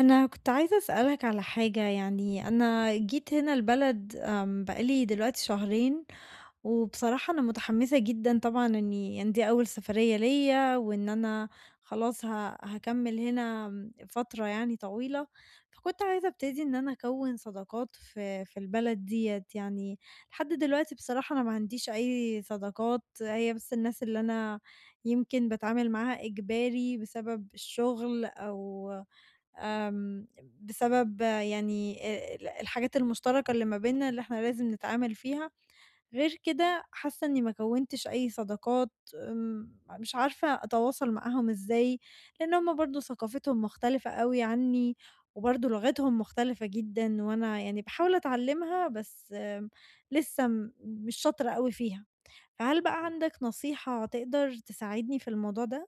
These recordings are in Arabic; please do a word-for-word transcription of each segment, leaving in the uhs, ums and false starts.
أنا كنت عايزة أسألك على حاجة يعني أنا جيت هنا البلد آمم، بقى لي دلوقتي شهرين، وبصراحة أنا متحمسة جدًا طبعًا إني يعني دي أول سفرية ليّا، وإن أنا خلاص ه هاكمّل هنا آمم، فترة يعني طويلة، فكنت عايزة أبتدي إن أنا أكوّن صداقات في في البلد ديّة، يعني لحد دلوقتي بصراحة أنا ما عنديش أي صداقات، هي بس الناس اللي أنا يمكن باتعامل معاها إجباري بسبب الشغل أو آمم، بسبب آه، يعني آآ ال الحاجات المشتركة اللي ما بيننا اللي إحنا لازم نتعامل فيها، غير كده حاسة إني ما كوّنتش أي صداقات، آمم، مش عارفة أتواصل معاهم إزاي، لإن هُم برضه ثقافتهم مختلفة أوي عني، وبرضه لغتهم مختلفة جدًا، وأنا يعني باحاول أتعلمها بس آمم، لسه م مش شاطرة أوي فيها، فهل بقى عندك نصيحة تقدر تساعدني في الموضوع ده؟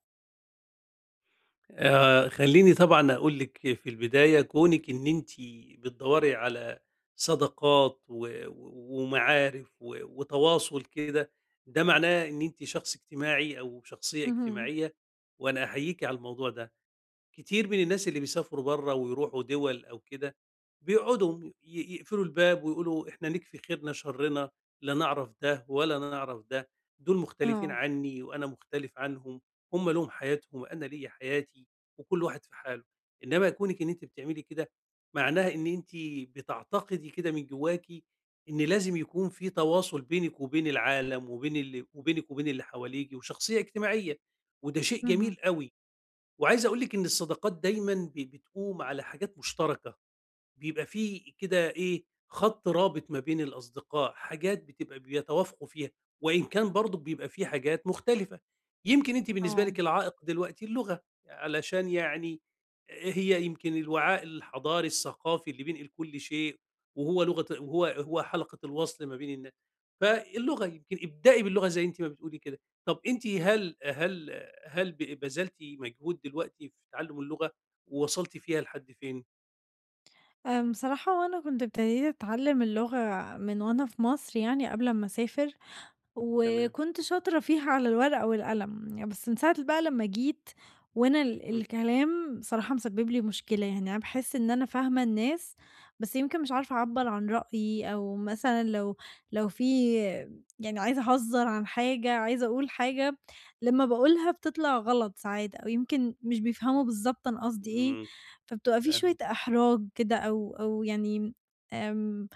آآ، خلّيني طبعًا أقول لِك في البداية كونِك إن أنتِ بتدوّري على صداقات و و ومعارف و وتواصل كده، ده معناه إن أنتِ شخص اجتماعي أو شخصية اهم. اجتماعية، وأنا أحييكِ على الموضوع ده. كتير من الناس اللي بيسافروا بره ويروحوا دول أو كده بيقعدوا ي- يقفلوا الباب ويقولوا إحنا نكفي خيرنا شرنا، لا نعرف ده ولا نعرف ده، دول مختلفين آه. عني وأنا مختلف عنهم، هم لهم حياتهم وأنا ليا حياتي، وكل واحد في حاله. إنما كونك إن أنت بتعملي كده معناها إن أنت بتعتقدي كده من جواكي، إن لازم يكون في تواصل بينك وبين العالم، وبين اللي وبينك وبين اللي حواليك، وشخصية اجتماعية، وده شيء اهم، جميل قوي. وعايز أقول لِك إن الصداقات دايمًا ب بتقوم على حاجات مشتركة. بيبقى في كده إيه، خط رابط ما بين الأصدقاء، حاجات بتبقى بيتوافقوا فيها، وإن كان برضه بيبقى في حاجات مختلفة. يمكن أنتِ بالنسبة آه. لِك العائق دلوقتي اللغة، علشان يعني هي يمكن الوعاء الحضاري الثقافي اللي بينقل كل شيء، وهو لغة، وهو هو حلقة الوصل ما بين الناس. فاللغة يمكن ابدئي باللغة زي أنتِ ما بتقولي كده. طب أنتِ، هل هل هل ب بذلتِ مجهود دلوقتي في تعلُّم اللغة، ووصلتِ فيها لحد فين؟ آمم، بصراحة هو أنا كنت ابتديت أتعلم اللغة من وأنا في مصر يعني قبل أمّا أسافر، تمام. وكنت شاطرة فيها على الورقة والقلم، يعني بس من ساعة بقى لمّا جيت وأنا ال إمم. الكلام بصراحة مسبب لي مشكلة، يعني أنا باحس إن أنا فاهمة الناس، بس يمكن مش عارفة أعبّر عن رأيي أو مثلًا لو لو في يعني عايزة أهزّر عن حاجة، عايزة أقول حاجة، لمّا باقولها بتطلع غلط ساعات أو يمكن مش بيفهموا بالضبط أنا قصدي إيه، إمم. فبتبقى في شوية فاهم. إحراج كده أو أو يعني آمم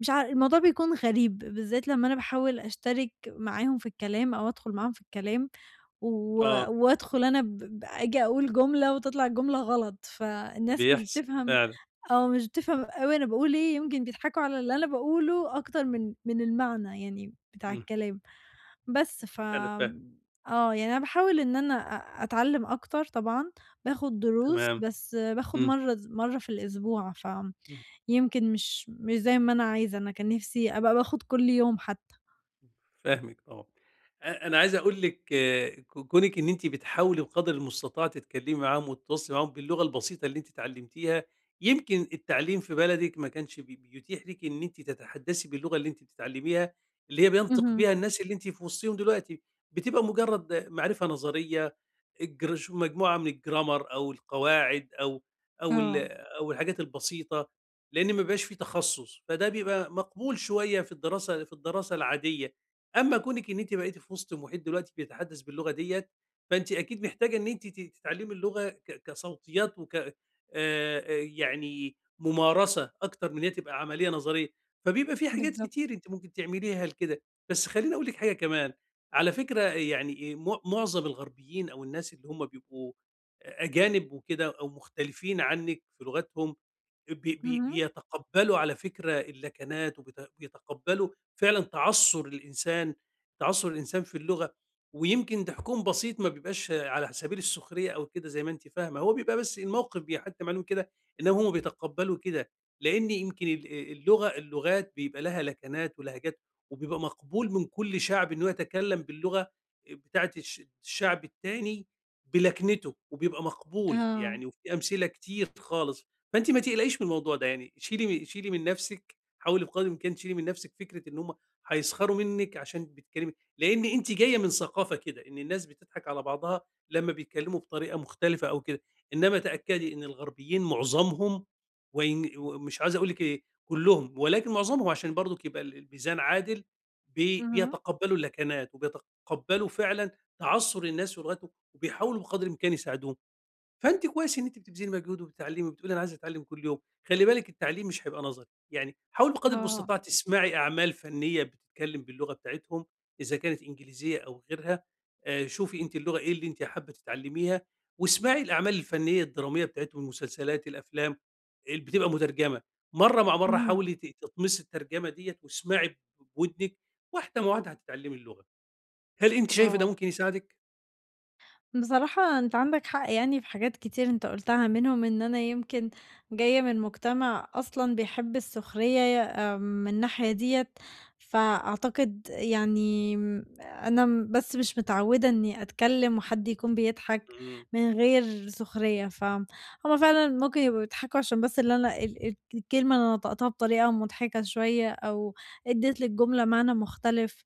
مش عار الموضوع بيكون غريب، بالذات لمّا أنا باحاول أشترك معاهم في الكلام أو أدخل معاهم في الكلام، و آه. وأدخل أنا ب ب آجي أقول جملة وتطلع الجملة غلط، فالناس مش بيحصل بتفهم فعلًا. آه، مش بتفهم أوي أنا باقول إيه، يمكن بيضحكوا على اللي أنا باقوله أكتر من من المعنى يعني بتاع إمم. الكلام، بس ف أنا فاهم. آمم، آه، يعني أنا باحاول إن أنا أ أتعلم أكتر طبعًا، باخد دروس، تمام. بس باخد إمم. مرة ز مرة في الأسبوع، ف إمم. يمكن مش مش زي ما أنا عايزة، أنا كان نِفْسي أبقى باخد كل يوم حتّى. فاهمِك طبعًا. أ أنا عايز أقول لِك آه، ك كونِك إن أنتِ بتحاولي بقدر المستطاع تتكلّمي معاهم وتتواصلي معاهم باللغة البسيطة اللي أنتِ اتعلّمتيها، يمكن التعليم في بلدِك ما كانش بي بيتيح لِك إن أنتِ تتحدّثي باللغة اللي أنتِ بتتعلّميها، اللي هي بينطق اهم، بيها الناس اللي أنتِ في وسطهم دلوقتي، بتبقى مجرّد معرفة نظرية، الجر شو مجموعة من الجرامر أو القواعد أو أو ال آه، أو الحاجات البسيطة، لإن ما بيبقاش في تخصُّص، فده بيبقى مقبول شوية في الدراسة في الدراسة العادية. أمّا كونِك إن أنتِ بقيتِ في وسط محيط دلوقتي بيتحدث باللغة ديّة، فأنتِ أكيد محتاجة إن أنتِ ت تتعلمي اللغة ك كصوتيات وك آآ، آآ، يعني ممارسة أكتر من إن هي تبقى عملية نظرية، فبيبقى في حاجات بالضبط، كتير أنتِ ممكن تعمليها لكده. بس خلّيني أقول لِك حاجة كمان، على فكرة يعني م معظم الغربيين أو الناس اللي هم بيبقوا أجانب وكده أو مختلفين عنِّك في لغتهم بي بي اهم، بيتقبّلوا على فكرة اللكنات وبيت بيتقبّلوا فعلًا تعثُّر الإنسان تعثُّر الإنسان في اللغة، ويمكن ده حكم بسيط ما بيبقاش على سبيل السخرية أو كده زي ما أنتِ فاهمة، هو بيبقى بس الموقف بيحتّم عليهم كده، إنّما هم بيتقبّلوا كده، لإن يمكن ال اللغة، اللغات بيبقى لها لكنات ولهجات، وبيبقى مقبول من كل شعب إنه يتكلّم باللغة بتاعة الش الشعب التاني بلكنته وبيبقى مقبول، آه، يعني وفي أمثلة كتير خالص. فأنتِ ما تقلقيش من الموضوع ده، يعني شيلي م شيلي من نفسِك، حاولي بقدر الإمكان تشيلي من نفسِك فكرة إن هُم هيسخروا منِّك عشان بتتكلمي، لإن أنتِ جاية من ثقافة كده، إن الناس بتضحك على بعضها لمّا بيتكلموا بطريقة مختلفة أو كده، إنما تأكدي إن الغربيين معظمهم، وإن ومش عايز أقول لِك إيه، كلّهم، ولكن معظمهم عشان برضك يبقى ال الميزان عادل، بي اهم، بيتقبّلوا اللكنات وبيتقبّلوا فعلًا تعثُّر الناس ولغتهم، وبيحاولوا بقدر الإمكان يساعدوهم. فأنتِ كويس إن أنتِ بتبذلي مجهود وبتتعلمي وبتقولي أنا عايزة أتعلم كل يوم، خلّي بالِك التعليم مش هيبقى نظري، يعني حاولي بقدر آه، المستطاع تسمعي أعمال فنية بتتكلم باللغة بتاعتهم، إذا كانت إنجليزية أو غيرها، آآ شوفي أنتِ اللغة إيه اللي أنتِ حابة تتعلميها، واسمعي الأعمال الفنية الدرامية بتاعتهم، المسلسلات، الأفلام، اللي بتبقى مترجمة، مرّة مع مرّة اهم، حاولي ت تطمسي الترجمة ديّة واسمعي بودنِك، واحدة مع واحدة هتتعلمي اللغة. هل أنتِ شايفة ده آه. ممكن يساعدِك؟ بصراحة أنت عندك حق يعني في حاجات كتير أنت قُلتها، منهم إن أنا يمكن جاية من مجتمع أصلًا بيحب السخرية آآ من الناحية ديّة، فأعتقد يعني م أنا م بس مش متعوّدة إني أتكلّم وحد يكون بيضحك إمم. من غير سخرية، فهُم فعلًا ممكن يبقوا بيضحكوا عشان بس اللي أنا ال ال الكلمة اللي أنا نطقتها بطريقة مضحكة شوية أو ادّيت للجملة معنى مختلف.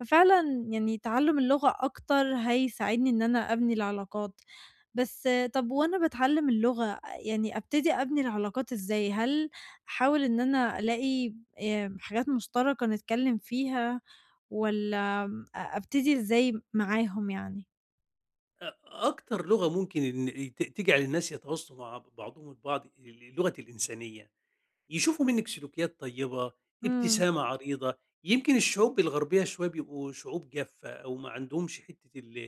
ففعلًا يعني تعلُّم اللغة أكتر هيساعدني إن أنا أبني العلاقات. بس طَب وأنا باتعلّم اللغة يعني أبتدي أبني العلاقات إزاي؟ هل أحاول إن أنا ألاقي آآ حاجات مشتركة نتكلّم فيها والّا آمم أ أبتدي إزاي معاهم يعني؟ أ أكتر لغة ممكن إن ت تجعل الناس يتواصلوا مع بعضهم البعض ال لغة الإنسانية، يشوفوا منِّك سلوكيات طيبة، إمم، ابتسامة عريضة، يمكن الشعوب الغربية شوية بيبقوا شعوب جافة أو ما عندهمش حتّة ال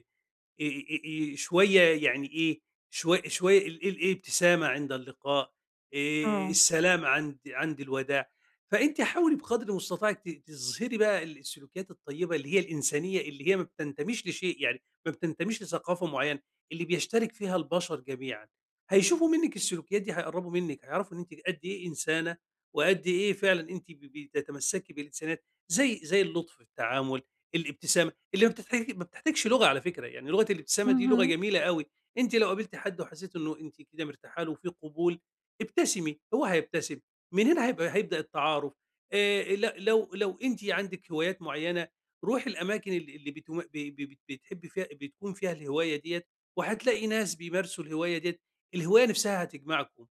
آآ آآ آآ شوية يعني إيه، شوي شوية ال ال الابتسامة عند اللقاء، آآ آه. السلام عند عند الوداع، فأنتِ حاولي بقدر مستطاعِك ت تظهري بقى ال السلوكيات الطيبة اللي هي الإنسانية، اللي هي ما بتنتميش لشيء، يعني ما بتنتميش لثقافة معيّنة، اللي بيشترك فيها البشر جميعًا، هيشوفوا منِّك السلوكيات دي هيقرّبوا منِّك، هيعرفوا إن أنتِ قد إيه إنسانة، وقد إيه فعلًا أنتِ ب بتتمسّكي بالإنسانيات زي زي اللطف في التعامل، الابتسامة اللي ما بتحتاج ما بتحتاجش لغة على فكرة، يعني لغة الابتسامة دي لغة اهم، جميلة أوي، أنتِ لو قابلتِ حد وحسيتِ إنه أنتِ كده مرتاحة له وفي قبول، ابتسمي، هو هيبتسم، من هنا هيبقى هيبدأ التعارف. آآ ل لو لو أنتِ عندِك هوايات معيّنة، روحي الأماكن ال اللي بتم ب ب بت بتحبي فيها، بتكون فيها الهواية ديّة، وهتلاقي ناس بيمارسوا الهواية ديّة، الهواية نفسها هتجمعكم.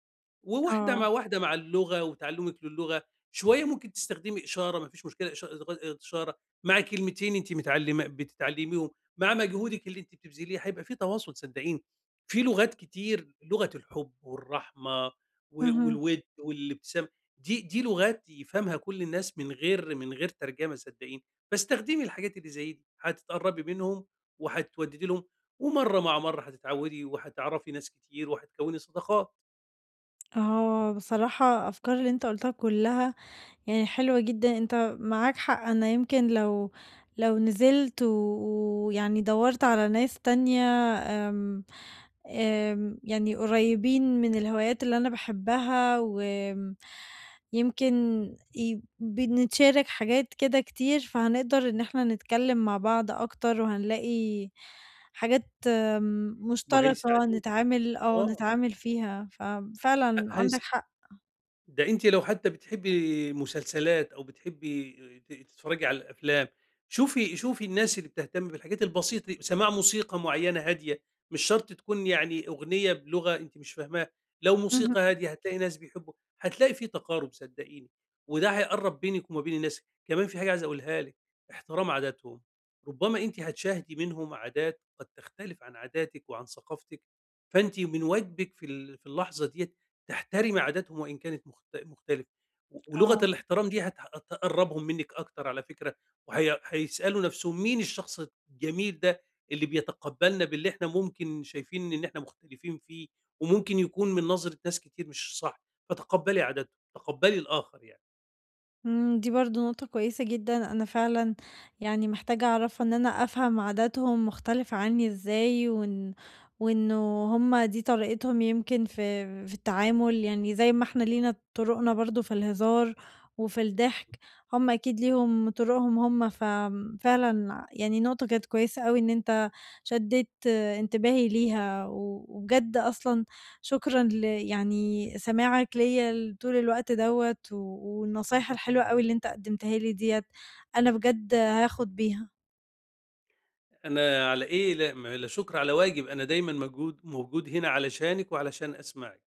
وواحدة مع آه، واحدة مع اللغة وتعلمِك للغة، شوية ممكن تستخدمي إشارة، ما فيش مشكلة، إش إشارة، مع كلمتين أنتِ متعلمة بتتعلميهم، مع مجهودِك اللي أنتِ بتبذليه هيبقى في تواصل صدقيني، في لغات كتير، لغة الحب والرحمة و اهم. والوِد والابتسامة، دي دي لغات يفهمها كل الناس من غير من غير ترجمة صدقيني، فاستخدمي الحاجات اللي زي دي، هتتقربي منهم وهتودِّدي لهم، ومرة مع مرة هتتعودي وهتعرفي ناس كتير وهتكوِّني صداقات آه، بصراحة أفكار اللي أنت قُلتها كلّها يعني حلوة جدًا، أنت معاك حق، أنا يمكن لو لو نزلت و ويعني دوّرت على ناس تانية آمم، آمم، يعني قريّبين من الهوايات اللي أنا باحبها و يمكن ي بنتشارك حاجات كده كتير، فهنقدر إن إحنا نتكلّم مع بعض أكتر، وهنلاقي حاجات آمم، مشتركة وهيساعدوكِ. نتعامل آه، آه. نتعامل فيها، ه ففعلًا هيس عندك حق. ده أنتِ لو حتى بتحبّي مسلسلات أو بتحبّي ت تتفرّجي على الأفلام، شوفي شوفي الناس اللي بتهتم بالحاجات البسيطة دي، سماع موسيقى معيّنة هادية، مش شرط تكون يعني أغنية بلغة أنتِ مش فاهماها، لو اهم، موسيقى هادية هتلاقي ناس بيحبّوا، هتلاقي في تقارُب صدّقيني، وده هيقرّب بينِك وما بين الناس. كمان في حاجة عايز أقولها لِك، احترام عاداتهم، ربما أنتِ هتشاهدي منهم عادات قد تختلف عن عاداتِك وعن ثقافتِك، فأنتِ من واجبِك في ال في اللحظة ديّة تحترمي عاداتهم وإن كانت مخت مختلفة، و ولغة آه. الاحترام دي هت هتقرّبهم منِّك أكتر على فكرة، وهي هيسألوا نَفْسهم مين الشخص الجميل ده اللي بيتقبّلنا باللي إحنا ممكن شايفين إن إحنا مختلفين فيه، وممكن يكون من نظرة ناس كتير مش صح، فتقبّلي عاداتهم، تقبّلي الآخر يعني. إمم، دي برضه نقطة كويسة جدًا، أنا فعلًا يعني محتاجة أعرفها إن أنا أفهم عاداتهم مختلفة عني إزاي، وإن وإنه هُم دي طريقتهم يمكن في في التعامل، يعني زي ما إحنا لينا طرقنا برضه في الهزار وفي الضحك، هُم أكيد ليهم طرقهم هُم، ففعلًا يعني نقطة كانت كويسة أوي إن أنت شدّيت انتباهي ليها، و وبجد أصلًا شكرًا ل يعني سماعك ليّا ل طول الوقت دوّة و والنصايح الحلوة أوي اللي أنت قدّمتها لي ديّة، أنا بجد هاخد بيها. أنا على إيه، لا م لا شُكر على واجب، أنا دايمًا موجود موجود هنا علشانِك وعلشان أسمعِك.